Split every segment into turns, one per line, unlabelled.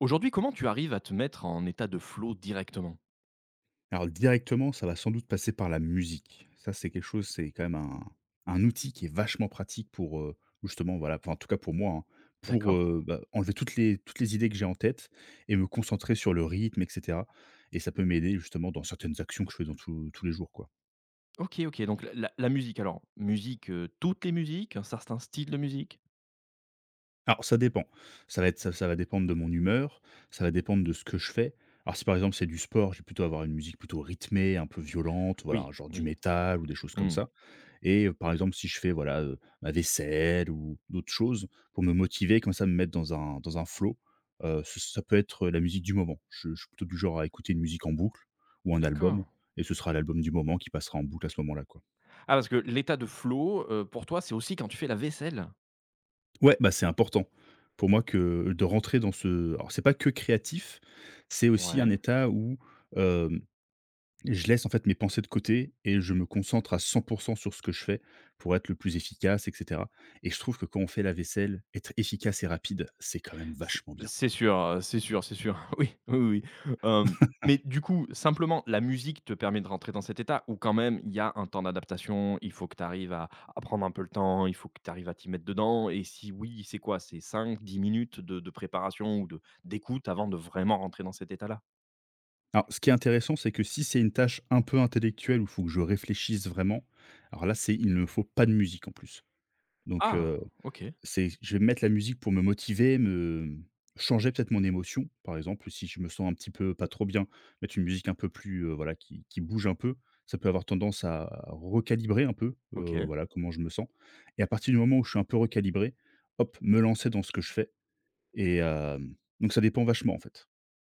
Aujourd'hui, comment tu arrives à te mettre en état de flow directement?
Alors directement, ça va sans doute passer par la musique. Ça, c'est quelque chose, c'est quand même un outil qui est vachement pratique pour, justement, voilà, enfin, en tout cas pour moi, hein, pour,
D'accord.
enlever toutes les idées que j'ai en tête, et me concentrer sur le rythme et cetera, et ça peut m'aider justement dans certaines actions que je fais dans tous les jours, quoi.
OK, OK, donc la la la musique alors, musique, toutes les musiques, un certain style de musique?
Alors ça dépend. Ça va dépendre de mon humeur, ça va dépendre de ce que je fais. Alors si par exemple c'est du sport, je vais plutôt avoir une musique plutôt rythmée, un peu violente, voilà,
Oui,
genre du
oui.
métal ou des choses comme
Mmh.
ça. Et par exemple, si je fais, voilà, ma vaisselle ou d'autres choses pour me motiver, comme ça, me mettre dans un flow, ç ça peut être la musique du moment. Je suis plutôt du genre à écouter une musique en boucle ou un album,
D'accord.
et ce sera l'album du moment qui passera en boucle à ce moment-là, quoi.
Ah parce que l'état de flow, pour toi, c'est aussi quand tu fais la vaisselle?
Ouais, bah, c'est important pour moi que de rentrer dans ce alors c'est pas que créatif, c'est aussi
Ouais.
un état où, euh, je laisse en fait mes pensées de côté et je me concentre à 100 sur ce que je fais pour être le plus efficace, et cetera. Et je trouve que quand on fait la vaisselle, être efficace et rapide, c'est quand même
C'est
vachement bien.
c'est sûr, c'est sûr, c'est sûr. Oui, oui, oui, oui. Mais du coup, simplement, la musique te permet de rentrer dans cet état ou quand même il y a un temps d'adaptation? Il faut que tu arrives à prendre un peu le temps, il faut que tu arrives à t'y mettre dedans et si oui, c'est quoi? C'est 5, 10 minutes de préparation ou de d'écoute avant de vraiment rentrer dans cet état-là?
Alors, ce qui est intéressant, c'est que si c'est une tâche un peu intellectuelle où il faut que je réfléchisse vraiment, alors là, c'est il ne me faut pas de musique en plus. Donc,
Ah! OK,
C'est je vais mettre la musique pour me motiver, me changer peut-être mon émotion, par exemple, si je me sens un petit peu pas trop bien, mettre une musique un peu plus, voilà, qui bouge un peu. Ça peut avoir tendance à recalibrer un peu,
OK.
voilà, comment je me sens, et à partir du moment où je suis un peu recalibré, hop, me lancer dans ce que je fais et donc ça dépend vachement, en fait.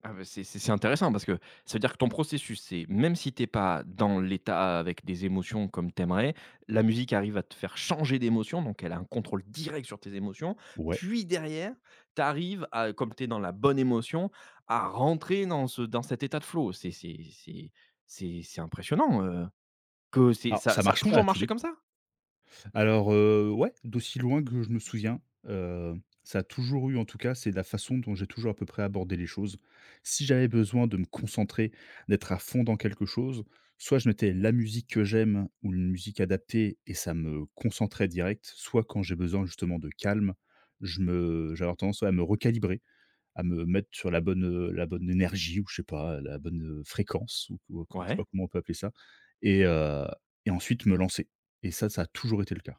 Ah bah, c'est intéressant parce que ça veut dire que ton processus, c'est même si t'es pas dans l'état avec des émotions comme t'aimerais, la musique arrive à te faire changer d'émotion, donc elle a un contrôle direct sur tes émotions.
Ouais.
Puis derrière, t'arrives à comme t'es dans la bonne émotion, à rentrer dans cet état de flow. C'est impressionnant, que c'est
Alors
ça
ça
ça a
marche pas
toujours
à tous
marché
les
comme
coups.
ça?
Alors, ouais, d'aussi loin que je me souviens, ça a toujours eu en tout cas, c'est la façon dont j'ai toujours à peu près abordé les choses. Si j'avais besoin de me concentrer, d'être à fond dans quelque chose, soit je mettais la musique que j'aime ou une musique adaptée et ça me concentrait direct, soit quand j'ai besoin justement de calme, je me j'avais tendance, ouais, à me recalibrer, à me mettre sur la bonne énergie, ou je sais pas, la bonne, fréquence, ou comment je sais
Ouais.
pas comment on peut appeler ça, et heu et ensuite me lancer, et ça a toujours été le cas.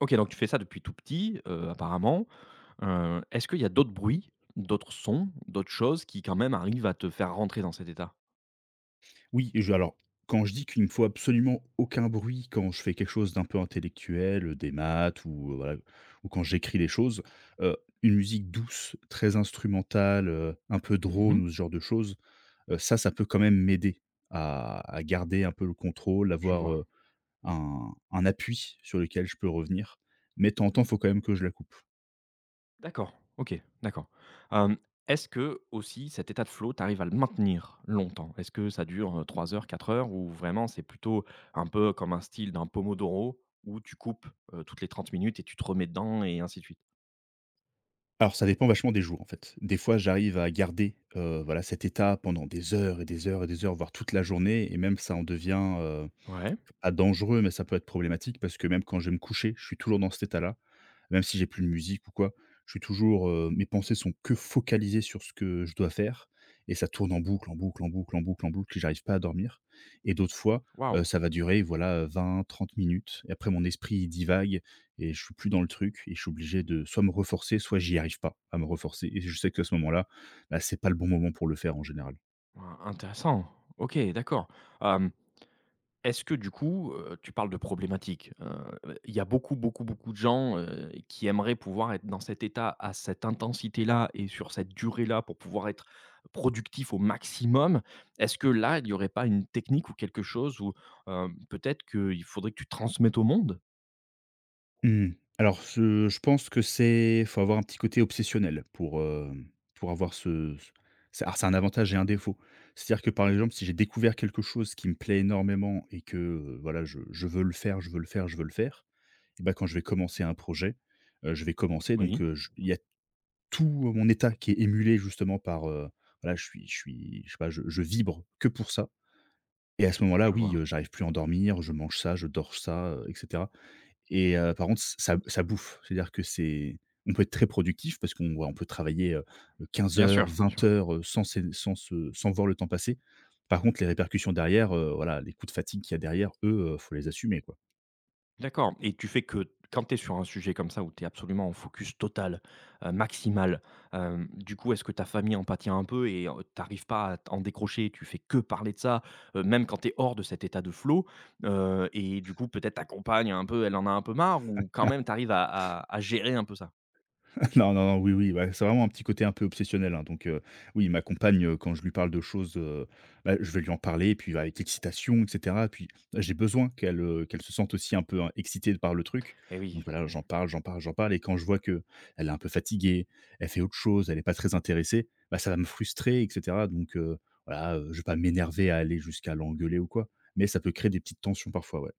OK, donc tu fais ça depuis tout petit, apparemment. Est-ce qu'il y a d'autres bruits, d'autres sons, d'autres choses qui quand même arrivent à te faire rentrer dans cet état?
Oui, et je alors, quand je dis qu'il ne me faut absolument aucun bruit quand je fais quelque chose d'un peu intellectuel, des maths ou, voilà, ou quand j'écris des choses, heu, une musique douce, très instrumentale, un peu drone
Mmh.
ou ce genre de choses, ça, ça peut quand même m'aider à garder un peu le contrôle,
Je
avoir,
vois.
un appui sur lequel je peux revenir. Mais de temps en temps, il faut quand même que je la coupe.
D'accord, OK, d'accord. Hem, Est-ce que aussi cet état de flow, tu arrives à le maintenir longtemps? Est-ce que ça dure, 3 heures, 4 heures ou vraiment c'est plutôt un peu comme un style d'un pomodoro où tu coupes, toutes les 30 minutes et tu te remets dedans et ainsi de suite?
Alors ça dépend vachement des jours, en fait. Des fois j'arrive à garder, voilà, cet état pendant des heures et des heures et des heures, voire toute la journée, et même ça en devient,
Ouais,
pas dangereux, mais ça peut être problématique parce que même quand je vais me coucher, je suis toujours dans cet état-là, même si j'ai plus de musique ou quoi, je suis toujours, mes pensées sont que focalisées sur ce que je dois faire, et ça tourne en boucle, en boucle, en boucle, en boucle, en boucle, et j'arrive pas à dormir. Et d'autres fois,
waouh!
ça va durer, voilà, 20, 30 minutes, et après mon esprit, il divague, et je suis plus dans le truc, et je suis obligé de soit me reforcer, soit j'y arrive pas à me reforcer, et je sais que à ce moment-là, bah, c'est pas le bon moment pour le faire en général.
Waouh, intéressant. OK, d'accord. Est-ce que du coup, tu parles de problématique, il y a beaucoup, beaucoup, beaucoup de gens, qui aimeraient pouvoir être dans cet état, à cette intensité-là et sur cette durée-là pour pouvoir être productif au maximum. Est-ce que là, il n'y aurait pas une technique ou quelque chose où, peut-être qu'il faudrait que tu transmettes au monde?
Mmh. Alors je pense que c'est faut avoir un petit côté obsessionnel pour, hem, pour avoir ce ce c'est alors c'est un avantage et un défaut. C'est-à-dire que, par exemple, si j'ai découvert quelque chose qui me plaît énormément et que, voilà, je veux le faire, je veux le faire, je veux le faire, et bah, quand je vais commencer un projet, je vais commencer donc
Oui,
je il y a tout, mon état qui est émulé justement par, voilà, je sais pas, je vibre que pour ça, et à ce moment-là,
je
oui,
vois.
j'arrive plus à en dormir, je mange ça, je dors ça, et cetera. Et par contre, ça bouffe. C'est-à-dire que c'est on peut être très productif parce on peut travailler, 15
Bien
heures,
sûr.
20 heures, sans s'é sans se sans voir le temps passer. Par contre, les répercussions derrière, voilà, les coups de fatigue qu'il y a derrière, eux, faut les assumer, quoi.
D'accord et tu fais que quand tu es sur un sujet comme ça où tu es absolument en focus total, maximal, du coup, est-ce que ta famille en pâtit un peu et tu pas à t en décrocher? Tu fais que parler de ça, même quand tu es hors de cet état de flow, et du coup, peut-être ta compagne un peu, elle en a un peu marre ou quand même tu arrives à gérer un peu ça?
Non, non, non, oui, oui, bah, c'est vraiment un petit côté un peu obsessionnel, hein, donc oui, ma compagne, quand je lui parle de choses, bah, je vais lui en parler, puis avec excitation, et cetera, puis j'ai besoin qu'elle se sente aussi un peu, hein, excitée par le truc,
Eh
donc
oui.
voilà, j'en parle, j'en parle, j'en parle, et quand je vois que elle est un peu fatiguée, elle fait autre chose, elle est pas très intéressée, bah, ça va me frustrer, et cetera, donc voilà, je vais pas m'énerver à aller jusqu'à l'engueuler ou quoi, mais ça peut créer des petites tensions parfois, ouais.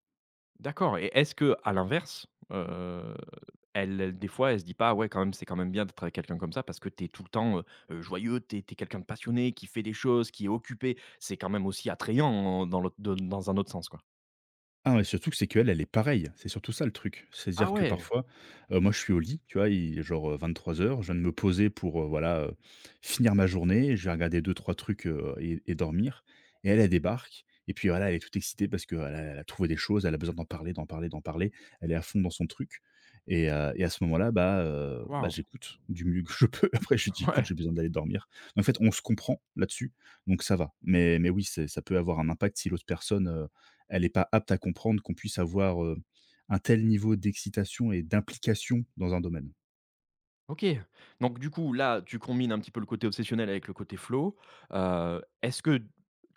D'accord et est-ce que à l'inverse, elle elle des fois, elle se dit pas: «Ouais, quand même, c'est quand même bien d'être avec quelqu'un comme ça parce que t'es tout le temps, joyeux, t'es es es quelqu'un de passionné, qui fait des choses, qui est occupé». C'est quand même aussi attrayant en dans l'autre de dans un autre sens, quoi?
Ah, mais surtout que c'est qu'elle, elle est pareille. C'est surtout ça, le truc.
Ah
C'est-à-dire que
ouais!
parfois, moi je suis au lit, tu vois? Il est genre, 23 h, je viens de me poser pour, voilà, finir ma journée, je vais regarder deux trois trucs, et dormir, et elle, elle débarque et puis voilà, elle est toute excitée parce qu'elle a trouvé des choses, elle a besoin d'en parler, d'en parler, d'en parler. Elle est à fond dans son truc, et à ce moment-là, bah,
Waouh!
j'écoute du mieux que je peux. Après je lui dis: «Écoute,
Ouais.
j'ai besoin d'aller dormir». En fait, on se comprend là-dessus, donc ça va. Mais oui, c'est ça peut avoir un impact si l'autre personne, elle n'est pas apte à comprendre qu'on puisse avoir, un tel niveau d'excitation et d'implication dans un domaine.
OK. Donc du coup, là, tu combines un petit peu le côté obsessionnel avec le côté flow. Est-ce que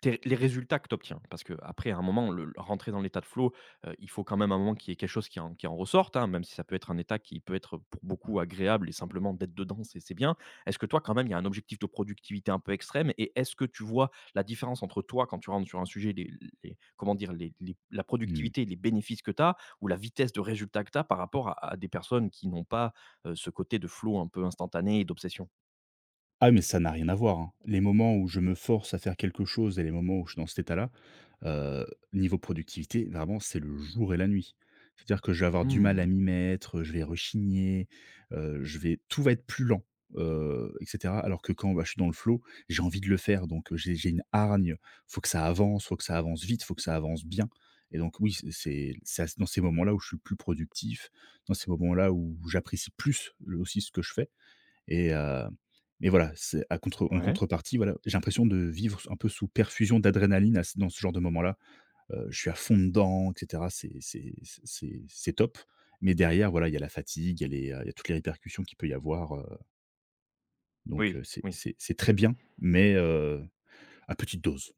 tes les résultats que tu obtiens parce que après à un moment, rentrer dans l'état de flow, il faut quand même un moment qu'il y ait quelque chose qui en ressorte, hein, même si ça peut être un état qui peut être pour beaucoup agréable et simplement d'être dedans, c'est bien. Est-ce que toi, quand même, il y a un objectif de productivité un peu extrême et est-ce que tu vois la différence entre toi, quand tu rentres sur un sujet, les comment dire? Les la
Mmh.
productivité et les bénéfices que tu as ou la vitesse de résultat que tu as par rapport à des personnes qui n'ont pas ce côté de flow un peu instantané et d'obsession.
Ah, mais ça n'a rien à voir, hein. Les moments où je me force à faire quelque chose et les moments où je suis dans cet état-là, heu, niveau productivité, vraiment, c'est le jour et la nuit. C'est-à-dire que je vais avoir du mal à
Mmh.
m'y mettre, je vais rechigner, je vais tout va être plus lent, et cetera. Alors que quand, bah, je suis dans le flow, j'ai envie de le faire, donc j'ai une hargne. Faut que ça avance, faut que ça avance vite, faut que ça avance bien, et donc oui, c'est à dans ces moments-là où je suis le plus productif, dans ces moments-là où j'apprécie plus, le aussi, ce que je fais, et heu, mais voilà, c'est à contre en
Ouais.
contrepartie, voilà, j'ai l'impression de vivre un peu sous perfusion d'adrénaline à ce dans ce genre de moment-là. Je suis à fond dedans, et cetera, c'est top. Mais derrière, voilà, il y a la fatigue, il y a il y a toutes les répercussions qu'il peut y avoir, donc
Oui,
c'est
oui.
c'est c'est très bien, mais à petite dose,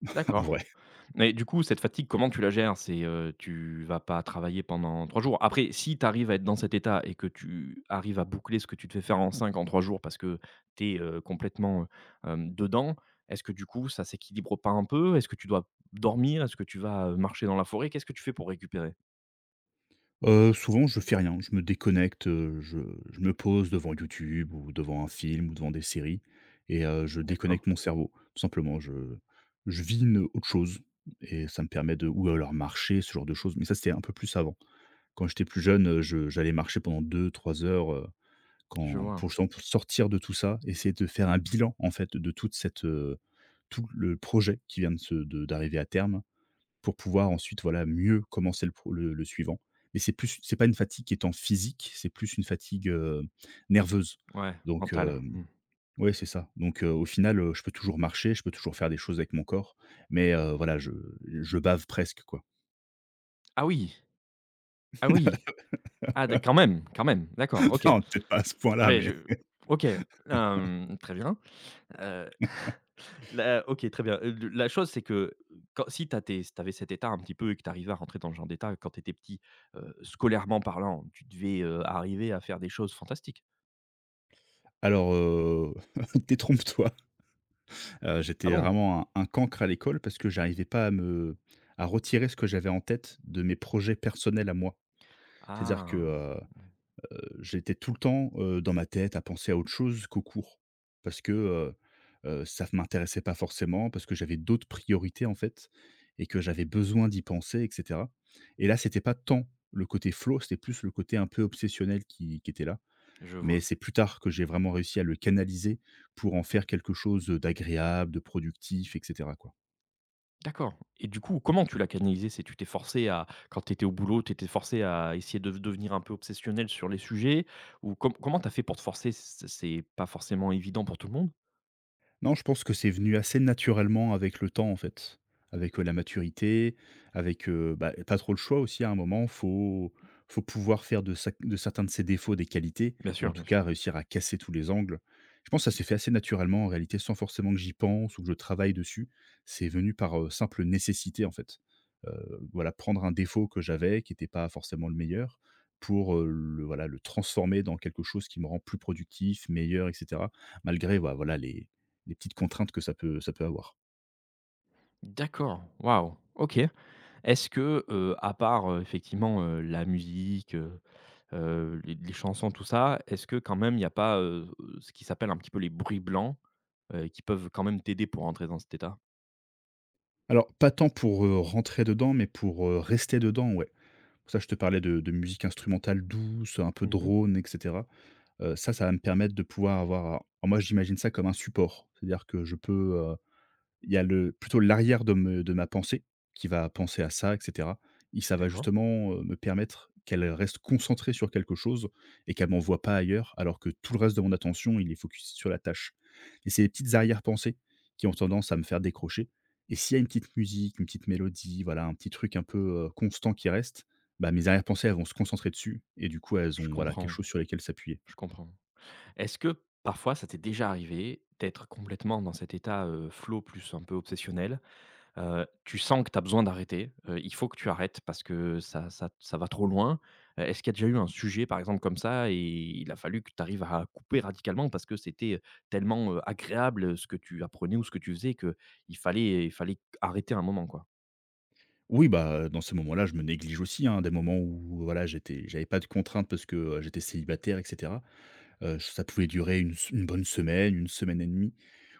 en
D'accord.
vrai.
Mais du coup, cette fatigue, comment tu la gères? C'est, tu vas pas travailler pendant 3 jours. Après, si tu arrives à être dans cet état et que tu arrives à boucler ce que tu te fais faire en 3 jours parce que tu es, complètement, dedans, est-ce que du coup, ça s'équilibre pas un peu? Est-ce que tu dois dormir? Est-ce que tu vas, marcher dans la forêt? Qu'est-ce que tu fais pour récupérer?
Souvent je fais rien, je me déconnecte, je me pose devant YouTube ou devant un film ou devant des séries, et je
D'accord,
déconnecte mon cerveau. Tout simplement, je vis une autre chose, et ça me permet de ou alors marcher, ce genre de choses, mais ça c'était un peu plus avant. Quand j'étais plus jeune, je j'allais marcher pendant 2, 3 heures,
je
quand
vois.
pour justement pour sortir de tout ça, essayer de faire un bilan en fait de tout le projet qui vient de se de d'arriver à terme pour pouvoir ensuite, voilà, mieux commencer le pro le suivant. Mais c'est pas une fatigue qui est en physique, c'est plus une fatigue, nerveuse.
Ouais,
Donc,
mental.
hem,
Mmh.
ouais, c'est ça. Donc, au final, je peux toujours marcher, je peux toujours faire des choses avec mon corps, mais, voilà, je bave presque, quoi.
Ah oui! Ah oui! Ah, d quand même, quand même. D'accord, OK.
Non, peut-être pas à ce point-là,
Ouais, je
mais
OK, très bien. Heu, la OK, très bien. Le la chose, c'est que quand si tu as tes si tu avais cet état un petit peu et que tu arrivais à rentrer dans ce genre d'état quand tu étais petit, scolairement parlant, tu devais, arriver à faire des choses fantastiques?
alors, détrompe-toi.
Ah
J'étais
bon?
vraiment un cancre à l'école parce que j'arrivais pas à retirer ce que j'avais en tête de mes projets personnels à moi. C'est-à-dire
Ah,
que, j'étais tout le temps, dans ma tête à penser à autre chose qu'au cours. Parce que, heu ça ne m'intéressait pas forcément, parce que j'avais d'autres priorités, en fait, et que j'avais besoin d'y penser et cetera. Et là, c'était pas tant le côté flow, c'était plus le côté un peu obsessionnel qui était là.
je
Mais
vois.
c'est plus tard que j'ai vraiment réussi à le canaliser pour en faire quelque chose, d'agréable, de productif et cetera, quoi.
D'accord et du coup, comment tu l'as canalisé? C'est Tu t'es forcé à quand tu étais au boulot, tu étais forcé à essayer de devenir un peu obsessionnel sur les sujets? Ou comment tu as fait pour te forcer? C'est pas forcément évident pour tout le monde?
Non, je pense que c'est venu assez naturellement avec le temps, en fait. Avec, la maturité, avec, bah, tu trop le choix aussi à un moment, faut pouvoir faire de sac de certains de ses défauts des qualités
Bien
ou en
sûr,
tout
bien sûr.
cas réussir à casser tous les angles. Je pense que ça s'est fait assez naturellement en réalité sans forcément que j'y pense ou que je travaille dessus. C'est venu par, simple nécessité en fait. Voilà, prendre un défaut que j'avais qui n'était pas forcément le meilleur pour, le voilà, le transformer dans quelque chose qui me rend plus productif, meilleur et cetera. Malgré voilà les petites contraintes que ça peut avoir.
D'accord, waouh, OK. Est-ce que, à part, effectivement, la musique, les chansons, tout ça, est-ce que quand même il n'y a pas, ce qui s'appelle un petit peu les bruits blancs, qui peuvent quand même t'aider pour entrer dans cet état?
Alors pas tant pour, rentrer dedans, mais pour, rester dedans, ouais. Pour ça je te parlais de musique instrumentale douce, un peu
Mmh.
drone et cetera. Ça, ça va me permettre de pouvoir avoir alors moi j'imagine ça comme un support. C'est-à-dire que je peux, il y a le plutôt l'arrière de me de ma pensée qui va penser à ça et cetera et ça va
D'accord.
justement, me permettre qu'elle reste concentrée sur quelque chose et qu'elle m'envoie pas ailleurs, alors que tout le reste de mon attention, il est focus sur la tâche et c'est les petites arrière-pensées qui ont tendance à me faire décrocher et s'il y a une petite musique, une petite mélodie, voilà, un petit truc un peu, constant qui reste, bah, mes arrière-pensées, elles vont se concentrer dessus et du coup, elles
Je
ont, voilà, quelque
comprends,
chose sur lesquels s'appuyer.
je comprends. Est-ce que parfois ça t'est déjà arrivé d'être complètement dans cet état, flow plus un peu obsessionnel? Tu sens que tu as besoin d'arrêter, il faut que tu arrêtes parce que ça va trop loin. Est-ce qu'il y a déjà eu un sujet par exemple comme ça et il a fallu que tu arrives à couper radicalement parce que c'était, tellement, agréable, ce que tu apprenais ou ce que tu faisais que il fallait arrêter un moment quoi?
Oui, bah, dans ces moments-là, je me néglige aussi, hein, des moments où voilà, j'avais pas de contraintes parce que, j'étais célibataire et cetera. Ça pouvait durer une bonne semaine, une semaine et demie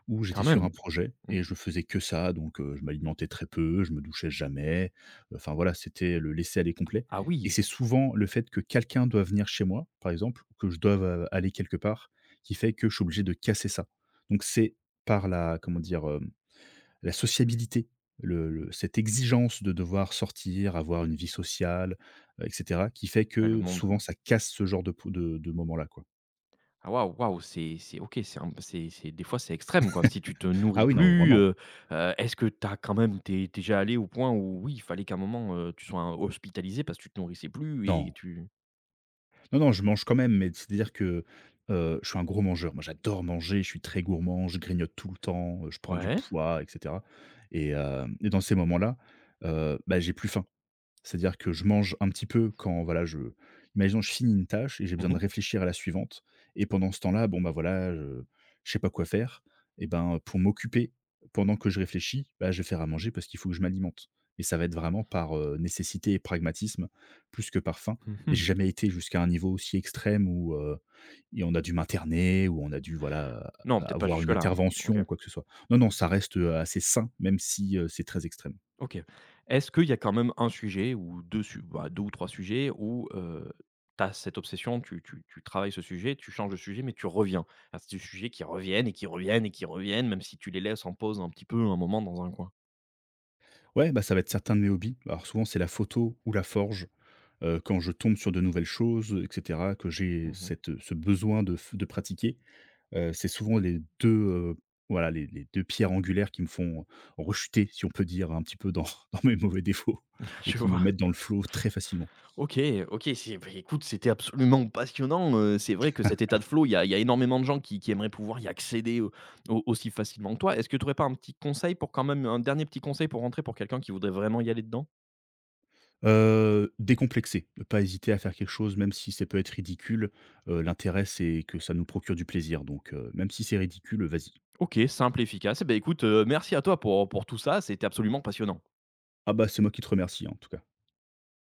où j'étais
Quand
sur un
même?
projet et
Mmh.
je faisais que ça donc je m'alimentais très peu, je me douchais jamais, enfin voilà, c'était le laisser-aller complet
Ah
et
oui!
c'est souvent le fait que quelqu'un doit venir chez moi, par exemple, ou que je doive, aller quelque part qui fait que je suis obligé de casser ça. Donc c'est par la comment dire? La sociabilité, cette exigence de devoir sortir, avoir une vie sociale, etc., qui fait
Ah le
que souvent
monde.
ça casse ce genre de, de moment-là. Quoi.
Ah waouh, waouh, c'est OK, c'est des fois, c'est extrême, quoi. Si tu te
Ah
nourris
oui, non,
plus,
vraiment.
est-ce que t'as quand même t'es déjà allé au point où oui, il fallait qu'à un moment, tu sois hospitalisé parce que tu te nourrissais plus et
Non.
tu
Non, non, je mange quand même, mais c'est-à-dire que je suis un gros mangeur. Moi, j'adore manger, je suis très gourmand, je grignote tout le temps, je prends du
ouais.
poids, etc. Et dans ces moments-là, bah, j'ai plus faim. C'est-à-dire que je mange un petit peu quand voilà, je imaginons je finis une tâche et j'ai
Mmh
besoin de
mh.
réfléchir à la suivante et pendant ce temps-là, bon, bah, voilà, je sais pas quoi faire et ben, pour m'occuper pendant que je réfléchis, bah, je vais faire à manger parce qu'il faut que je m'alimente et ça va être vraiment par, nécessité et pragmatisme plus que par faim. Mais j'ai
Mmh.
jamais été jusqu'à un niveau aussi extrême où, et on a dû m'interner, où on a dû voilà,
Non, peut-être pas
avoir une
jusque-là, hein.
intervention
OK.
ou quoi que ce soit. Non, non, ça reste, assez sain, même si, c'est très extrême.
OK. Est-ce qu'il y a quand même un sujet ou 2 ou 3 sujets où, tu as cette obsession, tu travailles ce sujet, tu changes de sujet, mais tu reviens à ce sujets qui reviennent et qui reviennent et qui reviennent, même si tu les laisses en pause un petit peu, un moment dans un coin?
Ouais, bah, ça va être certains de mes hobbies. Alors souvent, c'est la photo ou la forge. Quand je tombe sur de nouvelles choses, et cetera, que j'ai
Mmh.
cette, ce besoin de f de pratiquer, c'est souvent les deux, voilà, les 2 pierres angulaires qui me font rechuter, si on peut dire, un petit peu dans dans mes mauvais défauts et
Je
qui me
vois.
mettent dans le flot très facilement.
OK, OK, c'est bah, écoute, c'était absolument passionnant, c'est vrai que cet état de flow, il y a énormément de gens qui aimeraient pouvoir y accéder au au aussi facilement que toi. Est-ce que tu n'aurais pas un petit conseil pour quand même un dernier petit conseil pour rentrer, pour quelqu'un qui voudrait vraiment y aller dedans?
Décomplexé, ne pas hésiter à faire quelque chose même si ça peut être ridicule, l'intérêt c'est que ça nous procure du plaisir donc même si c'est ridicule, vas-y.
OK, simple, efficace. Et beh, écoute, merci à toi pour tout ça, c'était absolument passionnant.
Ah bah, c'est moi qui te remercie, hein, en tout cas.